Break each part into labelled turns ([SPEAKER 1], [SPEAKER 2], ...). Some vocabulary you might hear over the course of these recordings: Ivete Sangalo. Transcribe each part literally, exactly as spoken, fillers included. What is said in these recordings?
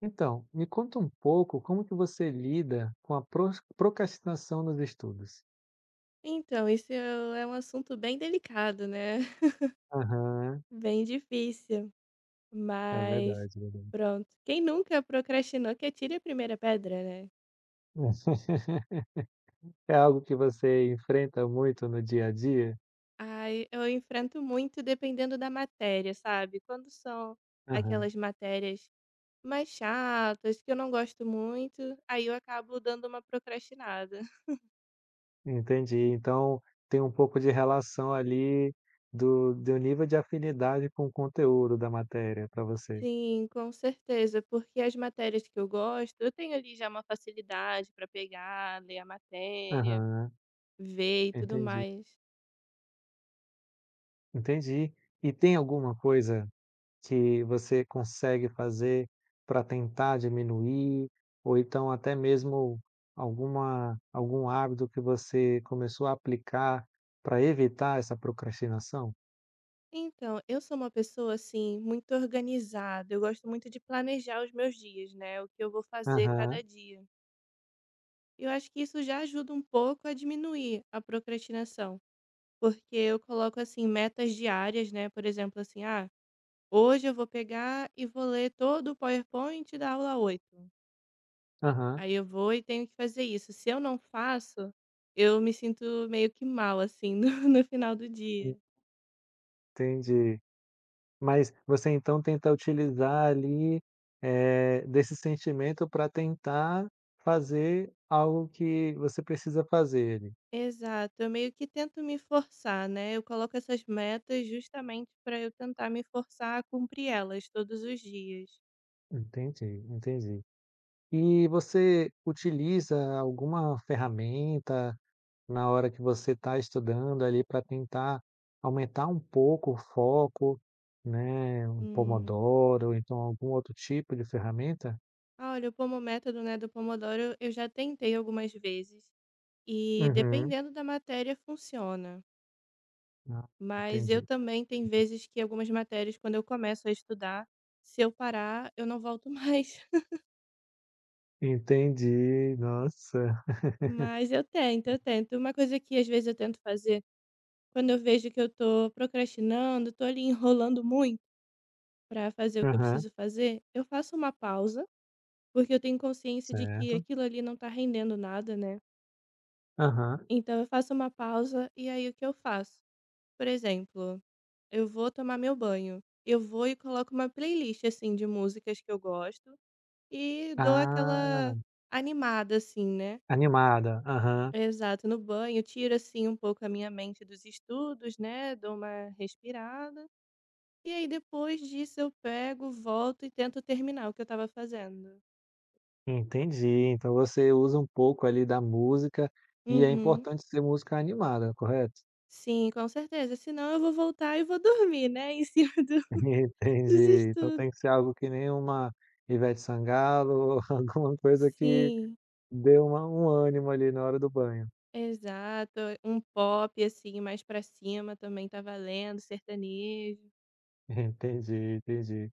[SPEAKER 1] Então, me conta um pouco como que você lida com a pros procrastinação nos estudos?
[SPEAKER 2] Então, isso é um assunto bem delicado, né?
[SPEAKER 1] Aham,
[SPEAKER 2] Bem difícil.
[SPEAKER 1] é
[SPEAKER 2] Mas,
[SPEAKER 1] verdade, é verdade.
[SPEAKER 2] pronto. Quem nunca procrastinou que atire a primeira pedra, né?
[SPEAKER 1] É algo que você enfrenta muito no dia a dia?
[SPEAKER 2] Ai, eu enfrento muito dependendo da matéria, sabe? Quando são
[SPEAKER 1] Aham,
[SPEAKER 2] aquelas matérias mais chatas, que eu não gosto muito, aí eu acabo dando uma procrastinada.
[SPEAKER 1] entendi. Então, tem um pouco de relação ali do do nível de afinidade com o conteúdo da matéria para você.
[SPEAKER 2] Sim, com certeza, porque as matérias que eu gosto, eu tenho ali já uma facilidade para pegar, ler a matéria,
[SPEAKER 1] Aham,
[SPEAKER 2] ver e tudo
[SPEAKER 1] entendi,
[SPEAKER 2] mais.
[SPEAKER 1] entendi. E tem alguma coisa que você consegue fazer para tentar diminuir, ou então até mesmo alguma algum hábito que você começou a aplicar para evitar essa procrastinação?
[SPEAKER 2] Então, eu sou uma pessoa, assim, muito organizada. Eu gosto muito de planejar os meus dias, né? O que eu vou fazer cada
[SPEAKER 1] Aham,
[SPEAKER 2] dia. Eu acho que isso já ajuda um pouco a diminuir a procrastinação, porque eu coloco, assim, metas diárias, né? Por exemplo, assim, ah, hoje eu vou pegar e vou ler todo o PowerPoint da aula oito.
[SPEAKER 1] aham,
[SPEAKER 2] Aí eu vou e tenho que fazer isso. Se eu não faço, eu me sinto meio que mal, assim, no, no final do dia.
[SPEAKER 1] entendi. Mas você então tenta utilizar ali, eh, desse sentimento para tentar fazer algo que você precisa fazer ali.
[SPEAKER 2] Exato, eu meio que tento me forçar, né, eu coloco essas metas justamente para eu tentar me forçar a cumprir elas todos os dias.
[SPEAKER 1] Entendi, entendi. E você utiliza alguma ferramenta na hora que você está estudando ali para tentar aumentar um pouco o foco, né, um
[SPEAKER 2] Hum.
[SPEAKER 1] Pomodoro, ou então algum outro tipo de ferramenta?
[SPEAKER 2] Ah, olha, o pomo né, do Pomodoro, eu já tentei algumas vezes e
[SPEAKER 1] Uhum.
[SPEAKER 2] dependendo da matéria funciona,
[SPEAKER 1] Ah,
[SPEAKER 2] mas eu
[SPEAKER 1] entendi.
[SPEAKER 2] também tem vezes que algumas matérias quando eu começo a estudar, se eu parar eu não volto mais,
[SPEAKER 1] Entendi, nossa.
[SPEAKER 2] mas eu tento, eu tento. Uma coisa que às vezes eu tento fazer, quando eu vejo que eu tô procrastinando, tô ali enrolando muito para fazer o que eu
[SPEAKER 1] Aham,
[SPEAKER 2] preciso fazer, eu faço uma pausa, porque eu tenho consciência de que
[SPEAKER 1] certo.
[SPEAKER 2] aquilo ali não tá rendendo nada, né.
[SPEAKER 1] Aham.
[SPEAKER 2] Então eu faço uma pausa e aí o que eu faço? Por exemplo, eu vou tomar meu banho, eu vou e coloco uma playlist, assim, de músicas que eu gosto e dou
[SPEAKER 1] Ah,
[SPEAKER 2] aquela animada, assim, né.
[SPEAKER 1] animada. Aham,
[SPEAKER 2] Exato, no banho, tiro, assim, um pouco a minha mente dos estudos, né, dou uma respirada, e aí depois disso eu pego, volto e tento terminar o que eu estava fazendo.
[SPEAKER 1] entendi. Então você usa um pouco ali da música e é
[SPEAKER 2] Uhum.
[SPEAKER 1] importante ser música animada, correto?
[SPEAKER 2] Sim, com certeza, senão eu vou voltar e vou dormir, né, em cima do dos
[SPEAKER 1] Entendi. Então
[SPEAKER 2] estudos.
[SPEAKER 1] tem que ser algo que nem uma Ivete Sangalo, alguma coisa que
[SPEAKER 2] Sim,
[SPEAKER 1] dê uma um ânimo ali na hora do banho.
[SPEAKER 2] exato. Um pop, assim, mais pra cima também tá valendo, sertanejo.
[SPEAKER 1] Entendi, entendi.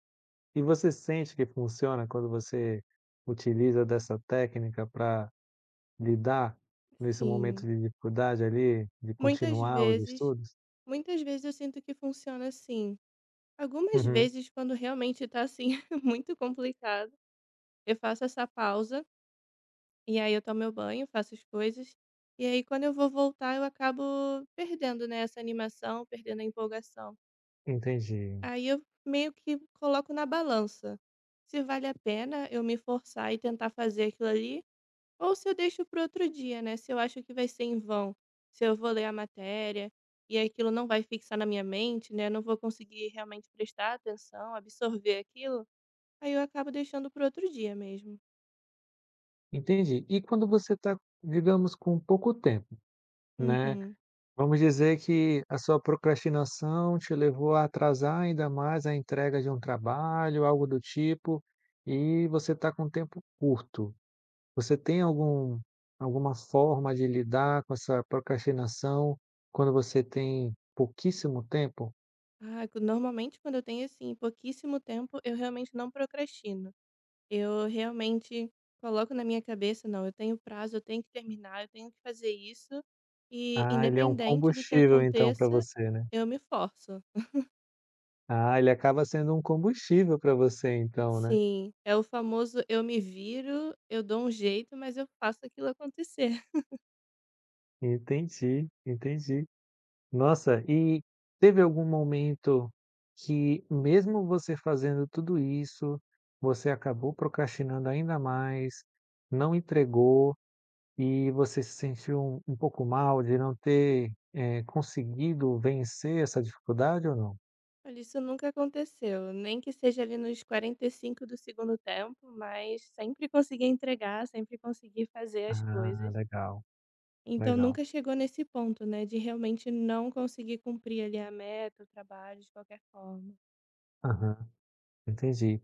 [SPEAKER 1] E você sente que funciona quando você utiliza dessa técnica para lidar nesse momento
[SPEAKER 2] Sim,
[SPEAKER 1] de dificuldade ali, de
[SPEAKER 2] muitas
[SPEAKER 1] continuar os
[SPEAKER 2] vezes
[SPEAKER 1] estudos?
[SPEAKER 2] muitas vezes eu sinto que funciona assim. Algumas
[SPEAKER 1] Uhum,
[SPEAKER 2] vezes quando realmente tá, assim, muito complicado, eu faço essa pausa, e aí eu tomo meu banho, faço as coisas, e aí quando eu vou voltar eu acabo perdendo, né, essa animação, perdendo a empolgação.
[SPEAKER 1] entendi,
[SPEAKER 2] Aí eu meio que coloco na balança, se vale a pena eu me forçar e tentar fazer aquilo ali, ou se eu deixo para outro dia, né, se eu acho que vai ser em vão, se eu vou ler a matéria e aquilo não vai fixar na minha mente, né, não vou conseguir realmente prestar atenção, absorver aquilo, aí eu acabo deixando para outro dia mesmo.
[SPEAKER 1] entendi. E quando você está, digamos, com pouco tempo, né?
[SPEAKER 2] Uhum.
[SPEAKER 1] Vamos dizer que a sua procrastinação te levou a atrasar ainda mais a entrega de um trabalho, algo do tipo, e você está com tempo curto. Você tem algum alguma forma de lidar com essa procrastinação quando você tem pouquíssimo tempo?
[SPEAKER 2] Ah, co normalmente quando eu tenho, assim, pouquíssimo tempo, eu realmente não procrastino. Eu realmente coloco na minha cabeça, não, eu tenho prazo, eu tenho que terminar, eu tenho que fazer isso. E
[SPEAKER 1] Ah, ele é um
[SPEAKER 2] independente do que
[SPEAKER 1] combustível então para
[SPEAKER 2] aconteça,
[SPEAKER 1] você, né?
[SPEAKER 2] eu me forço.
[SPEAKER 1] Ah, ele acaba sendo um combustível para você então, né?
[SPEAKER 2] Sim, é o famoso eu me viro, eu dou um jeito, mas eu faço aquilo acontecer.
[SPEAKER 1] Entendi, entendi. Nossa, e teve algum momento que, mesmo você fazendo tudo isso, você acabou procrastinando ainda mais, não entregou e você se sentiu um um pouco mal de não ter, eh, conseguido vencer essa dificuldade ou não?
[SPEAKER 2] Olha, isso nunca aconteceu, nem que seja ali nos quarenta e cinco do segundo tempo, mas sempre consegui entregar, sempre consegui fazer as
[SPEAKER 1] Ah,
[SPEAKER 2] coisas.
[SPEAKER 1] legal,
[SPEAKER 2] Então
[SPEAKER 1] legal.
[SPEAKER 2] nunca chegou nesse ponto, né, de realmente não conseguir cumprir ali a meta, o trabalho de qualquer forma.
[SPEAKER 1] Aham, entendi.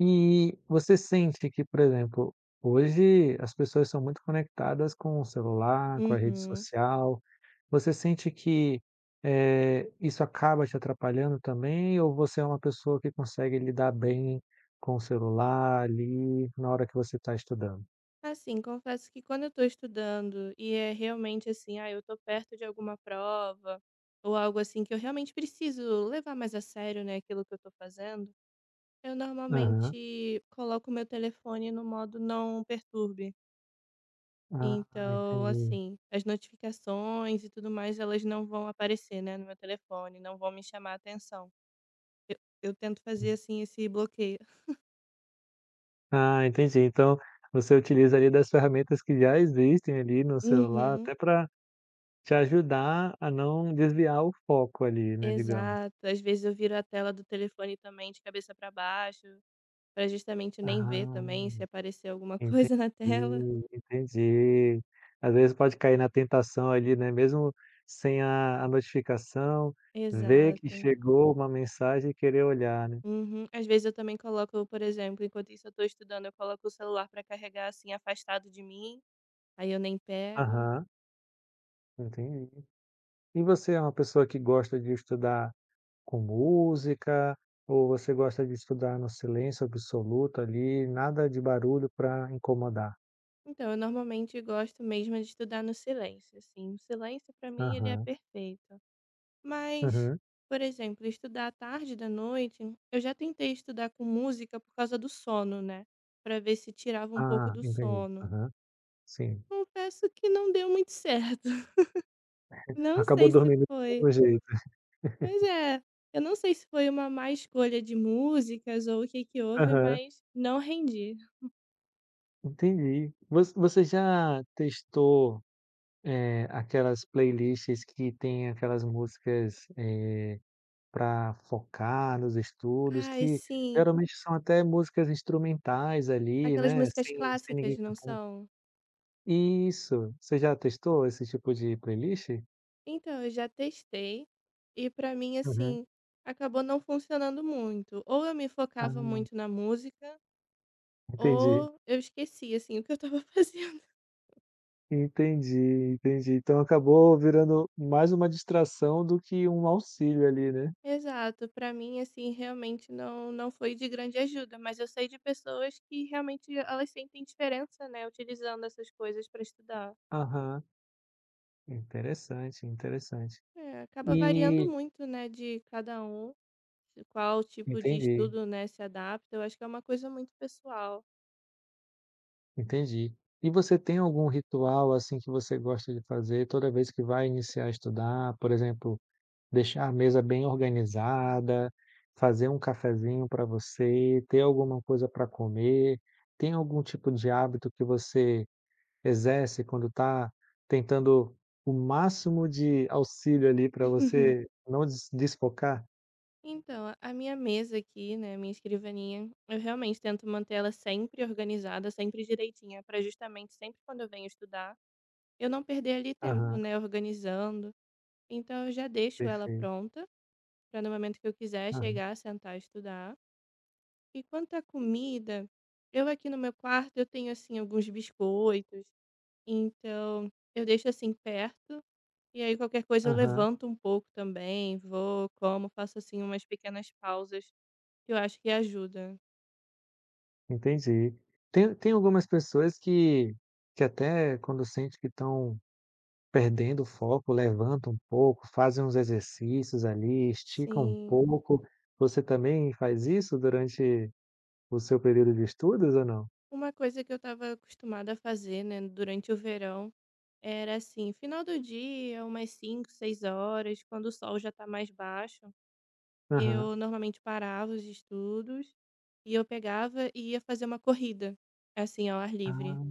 [SPEAKER 1] E você sente que, por exemplo, hoje as pessoas são muito conectadas com o celular, com a rede
[SPEAKER 2] Uhum.
[SPEAKER 1] social. Você sente que, eh, isso acaba te atrapalhando também ou você é uma pessoa que consegue lidar bem com o celular ali na hora que você está estudando?
[SPEAKER 2] Assim, confesso que quando eu tô estudando e é realmente assim, ah, eu tô perto de alguma prova ou algo assim que eu realmente preciso levar mais a sério, né, aquilo que eu tô fazendo, eu
[SPEAKER 1] Aham.
[SPEAKER 2] normalmente coloco meu telefone no modo não perturbe.
[SPEAKER 1] Ah,
[SPEAKER 2] Então,
[SPEAKER 1] entendi.
[SPEAKER 2] assim, as notificações e tudo mais, elas não vão aparecer, né, no meu telefone, não vão me chamar a atenção. Eu eu tento fazer, assim, esse bloqueio.
[SPEAKER 1] Ah, entendi. Então, você utiliza ali das ferramentas que já existem ali no celular
[SPEAKER 2] Uhum,
[SPEAKER 1] até para te ajudar a não desviar o foco ali, né, digamos.
[SPEAKER 2] exato. Às vezes eu viro a tela do telefone também de cabeça para baixo, para justamente nem ver
[SPEAKER 1] Ah.
[SPEAKER 2] também se aparecer alguma
[SPEAKER 1] Entendi,
[SPEAKER 2] coisa na tela.
[SPEAKER 1] entendi. Às vezes pode cair na tentação ali, né, mesmo sem a a notificação, ver que
[SPEAKER 2] Exato.
[SPEAKER 1] chegou uma mensagem e querer olhar, né.
[SPEAKER 2] Uhum. Às vezes eu também coloco, por exemplo, enquanto isso eu tô estudando, eu coloco o celular para carregar, assim, afastado de mim, aí eu nem pego.
[SPEAKER 1] Aham, entendi. E você é uma pessoa que gosta de estudar com música ou você gosta de estudar no silêncio absoluto ali, nada de barulho para incomodar?
[SPEAKER 2] Então, eu normalmente gosto mesmo de estudar no silêncio, assim. O silêncio para mim ele é
[SPEAKER 1] Aham,
[SPEAKER 2] perfeito. Mas,
[SPEAKER 1] uhum.
[SPEAKER 2] por exemplo, estudar à tarde da noite, eu já tentei estudar com música por causa do sono, né? Pra ver se tirava um pouco
[SPEAKER 1] Ah,
[SPEAKER 2] do
[SPEAKER 1] entendi.
[SPEAKER 2] sono.
[SPEAKER 1] Aham, sim.
[SPEAKER 2] Confesso que não deu muito certo. Não
[SPEAKER 1] Acabou
[SPEAKER 2] sei se
[SPEAKER 1] dormindo
[SPEAKER 2] foi.
[SPEAKER 1] do mesmo jeito.
[SPEAKER 2] Pois é, eu não sei se foi uma má escolha de músicas ou o que que houve,
[SPEAKER 1] Aham.
[SPEAKER 2] mas não rendi.
[SPEAKER 1] Entendi. Voc você já testou, eh, aquelas playlists que tem aquelas músicas, para focar nos estudos,
[SPEAKER 2] Ai,
[SPEAKER 1] que
[SPEAKER 2] sim,
[SPEAKER 1] geralmente são até músicas instrumentais ali,
[SPEAKER 2] aquelas
[SPEAKER 1] né,
[SPEAKER 2] músicas
[SPEAKER 1] sem sem
[SPEAKER 2] clássicas,
[SPEAKER 1] ninguém
[SPEAKER 2] não
[SPEAKER 1] cantar.
[SPEAKER 2] são?
[SPEAKER 1] Isso. Você já testou esse tipo de playlist?
[SPEAKER 2] Então, eu já testei e pra mim,
[SPEAKER 1] Uhum.
[SPEAKER 2] assim, acabou não funcionando muito. Ou eu me
[SPEAKER 1] Ah,
[SPEAKER 2] focava muito na música,
[SPEAKER 1] entendi.
[SPEAKER 2] ou eu esquecia, assim, o que eu estava fazendo.
[SPEAKER 1] Entendi, entendi. Então acabou virando mais uma distração do que um auxílio ali, né?
[SPEAKER 2] Exato, pra mim, assim, realmente não, não foi de grande ajuda, mas eu sei de pessoas que realmente elas sentem diferença, né, utilizando essas coisas pra estudar.
[SPEAKER 1] Aham. Interessante, interessante.
[SPEAKER 2] É, acaba variando
[SPEAKER 1] E
[SPEAKER 2] muito, né, de cada um, de qual tipo de
[SPEAKER 1] entendi,
[SPEAKER 2] estudo, né, se adapta. Eu acho que é uma coisa muito pessoal.
[SPEAKER 1] entendi. E você tem algum ritual, assim, que você gosta de fazer toda vez que vai iniciar a estudar? Por exemplo, deixar a mesa bem organizada, fazer um cafezinho para você, ter alguma coisa para comer? Tem algum tipo de hábito que você exerce quando está tentando o máximo de auxílio ali para você não des desfocar?
[SPEAKER 2] Então, a a minha mesa aqui, né, minha escrivaninha, eu realmente tento manter ela sempre organizada, sempre direitinha, para justamente sempre quando eu venho estudar, eu não perder ali tempo,
[SPEAKER 1] Aham,
[SPEAKER 2] né, organizando. Então, eu já deixo ela
[SPEAKER 1] perfeito.
[SPEAKER 2] pronta para no momento que eu quiser
[SPEAKER 1] Aham,
[SPEAKER 2] chegar, sentar e estudar. E quanto à comida, eu aqui no meu quarto eu tenho assim alguns biscoitos, então eu deixo assim perto e aí qualquer coisa eu
[SPEAKER 1] aham.
[SPEAKER 2] levanto um pouco também, vou, como, faço assim umas pequenas pausas eu acho que ajuda.
[SPEAKER 1] Entendi. Tem tem algumas pessoas que que até quando sente que estão perdendo o foco, levantam um pouco, fazem uns exercícios ali, esticam um
[SPEAKER 2] Sim.
[SPEAKER 1] pouco. Você também faz isso durante o seu período de estudos ou não?
[SPEAKER 2] Uma coisa que eu estava acostumada a fazer, né, durante o verão, era assim, final do dia, umas cinco, seis horas, quando o sol já está mais baixo,
[SPEAKER 1] Aham.
[SPEAKER 2] eu normalmente parava os estudos e eu pegava e ia fazer uma corrida, assim, ao ar livre.
[SPEAKER 1] Ah,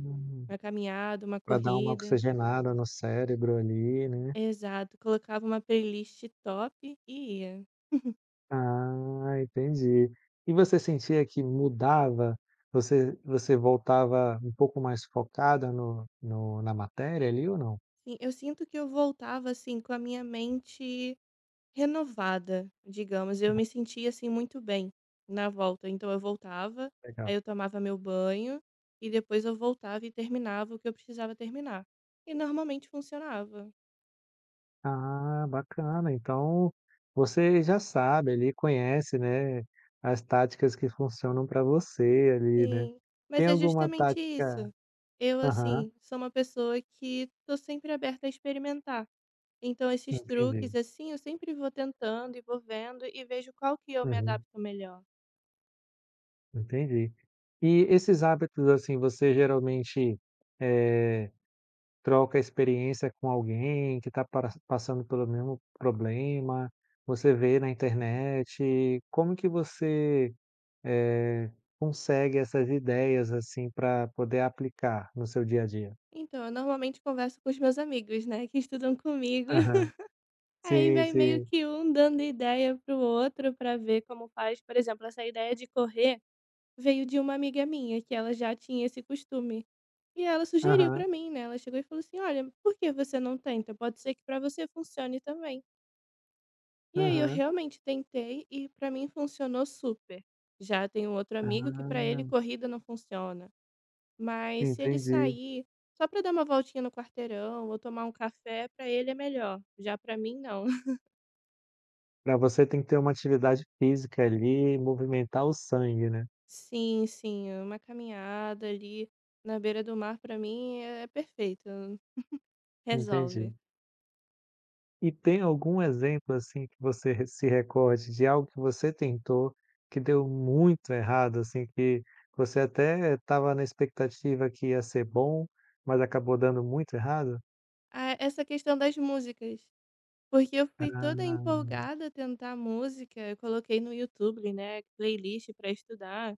[SPEAKER 2] Uma caminhada, uma
[SPEAKER 1] pra dar uma
[SPEAKER 2] corrida.
[SPEAKER 1] oxigenada no cérebro ali, né.
[SPEAKER 2] Exato. Colocava uma playlist top e ia.
[SPEAKER 1] Ah, entendi. E você sentia que mudava? Você você voltava um pouco mais focada no no na matéria ali ou não?
[SPEAKER 2] Sim, eu sinto que eu voltava, assim, com a minha mente renovada, digamos, eu me sentia, assim, muito bem na volta, então eu voltava, aí
[SPEAKER 1] Legal.
[SPEAKER 2] eu tomava meu banho e depois eu voltava e terminava o que eu precisava terminar. E normalmente funcionava.
[SPEAKER 1] Ah, bacana. Então, você já sabe ali, conhece, né, as táticas que funcionam para você ali, né.
[SPEAKER 2] Sim, mas
[SPEAKER 1] Tem
[SPEAKER 2] é
[SPEAKER 1] alguma
[SPEAKER 2] justamente
[SPEAKER 1] tática,
[SPEAKER 2] isso. Eu,
[SPEAKER 1] aham,
[SPEAKER 2] assim, sou uma pessoa que tô sempre aberta a experimentar. Então esses truques,
[SPEAKER 1] entendi.
[SPEAKER 2] assim, eu sempre vou tentando e vou vendo e vejo qual que eu me
[SPEAKER 1] Uhum,
[SPEAKER 2] adapto melhor.
[SPEAKER 1] entendi. E esses hábitos, assim, você geralmente, eh, troca experiência com alguém que está passando pelo mesmo problema? Você vê na internet? Como que você... Eh, consegue essas ideias, assim, para poder aplicar no seu dia a dia?
[SPEAKER 2] Então eu normalmente converso com os meus amigos, né, que estudam comigo.
[SPEAKER 1] Aham.
[SPEAKER 2] Aí
[SPEAKER 1] Sim,
[SPEAKER 2] vai meio
[SPEAKER 1] sim.
[SPEAKER 2] que um dando ideia pro outro para ver como faz. Por exemplo, essa ideia de correr veio de uma amiga minha, que ela já tinha esse costume. E ela sugeriu
[SPEAKER 1] Aham,
[SPEAKER 2] para mim, né? Ela chegou e falou assim: "Olha, por que você não tenta? Pode ser que para você funcione também". E aí eu
[SPEAKER 1] aham.
[SPEAKER 2] realmente tentei e para mim funcionou super. Já tem um outro amigo que para ele
[SPEAKER 1] Ah,
[SPEAKER 2] corrida não funciona. Mas se ele
[SPEAKER 1] entendi.
[SPEAKER 2] sair só para dar uma voltinha no quarteirão ou tomar um café, para ele é melhor. Já para mim, não.
[SPEAKER 1] Para você tem que ter uma atividade física ali, movimentar o sangue, né.
[SPEAKER 2] Sim, sim, é uma caminhada ali na beira do mar pra mim é é perfeito,
[SPEAKER 1] Entendi.
[SPEAKER 2] resolve.
[SPEAKER 1] E tem algum exemplo, assim, que você re se recorde de algo que você tentou, que deu muito errado, assim, que você até estava na expectativa que ia ser bom, mas acabou dando muito errado?
[SPEAKER 2] Ah, essa questão das músicas, porque eu fui toda
[SPEAKER 1] Ah.
[SPEAKER 2] empolgada a tentar música, eu coloquei no YouTube, né, playlist pra estudar,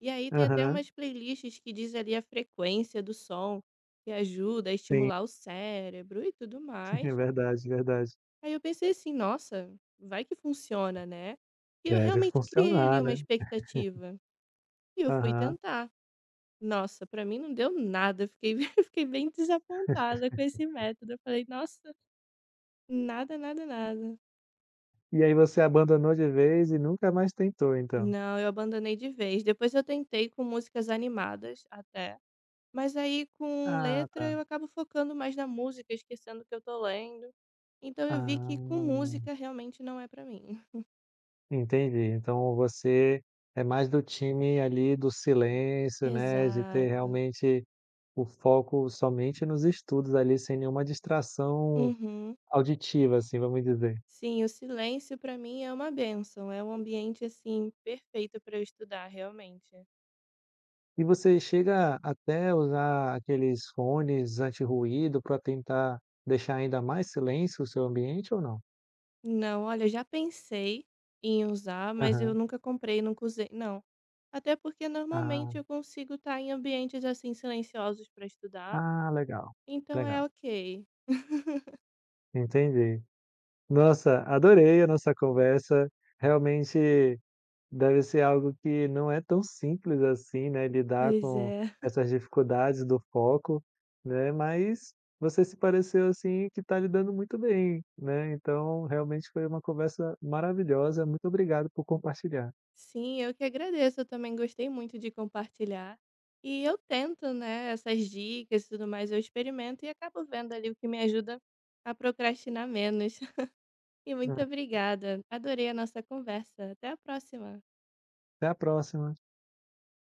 [SPEAKER 2] e aí tem até
[SPEAKER 1] Aham,
[SPEAKER 2] umas playlists que diz ali a frequência do som, que ajuda a
[SPEAKER 1] sim.
[SPEAKER 2] estimular o cérebro e tudo
[SPEAKER 1] É
[SPEAKER 2] mais.
[SPEAKER 1] verdade, verdade.
[SPEAKER 2] Aí eu pensei assim, nossa, vai que funciona, né? E eu
[SPEAKER 1] Deve
[SPEAKER 2] realmente criei ali
[SPEAKER 1] funcionar,
[SPEAKER 2] uma
[SPEAKER 1] né.
[SPEAKER 2] expectativa, e eu fui
[SPEAKER 1] Aham.
[SPEAKER 2] tentar. Nossa, pra mim não deu nada, eu fiquei eu fiquei bem desapontada com esse método, eu falei: "Nossa, nada, nada, nada".
[SPEAKER 1] E aí você abandonou de vez e nunca mais tentou então?
[SPEAKER 2] Não, eu abandonei de vez, depois eu tentei com músicas animadas até, mas aí com
[SPEAKER 1] Ah,
[SPEAKER 2] letra
[SPEAKER 1] tá.
[SPEAKER 2] eu acabo focando mais na música, esquecendo que eu tô lendo, então eu vi que com
[SPEAKER 1] Ah,
[SPEAKER 2] música realmente não é pra mim.
[SPEAKER 1] entendi. Então você é mais do time ali do silêncio, né, de ter
[SPEAKER 2] Exato.
[SPEAKER 1] realmente o foco somente nos estudos ali, sem nenhuma distração
[SPEAKER 2] Uhum.
[SPEAKER 1] auditiva, assim, vamos dizer.
[SPEAKER 2] Sim, o silêncio pra mim é uma bênção, é um ambiente, assim, perfeito pra eu estudar, realmente.
[SPEAKER 1] E você chega até usar aqueles fones anti-ruído para tentar deixar ainda mais silêncio o seu ambiente ou não?
[SPEAKER 2] Não, olha, já pensei em usar, mas eu
[SPEAKER 1] Aham.
[SPEAKER 2] nunca comprei, nunca usei, não. Até porque
[SPEAKER 1] Ah,
[SPEAKER 2] normalmente eu consigo estar em ambientes assim silenciosos para estudar,
[SPEAKER 1] ah, legal,
[SPEAKER 2] então é
[SPEAKER 1] legal,
[SPEAKER 2] ok.
[SPEAKER 1] entendi. Nossa, adorei a nossa conversa. Realmente deve ser algo que não é tão simples assim, né, lidar
[SPEAKER 2] Pois
[SPEAKER 1] com
[SPEAKER 2] é.
[SPEAKER 1] essas dificuldades do foco, né, mas você se pareceu, assim, que está lidando muito bem, né, então realmente foi uma conversa maravilhosa. Muito obrigado por compartilhar.
[SPEAKER 2] Sim, eu que agradeço. Eu também gostei muito de compartilhar. E eu tento, né, essas dicas e tudo mais, eu experimento e acabo vendo ali o que me ajuda a procrastinar menos. E muito
[SPEAKER 1] Né.
[SPEAKER 2] obrigada. Adorei a nossa conversa. Até a próxima.
[SPEAKER 1] Até a próxima.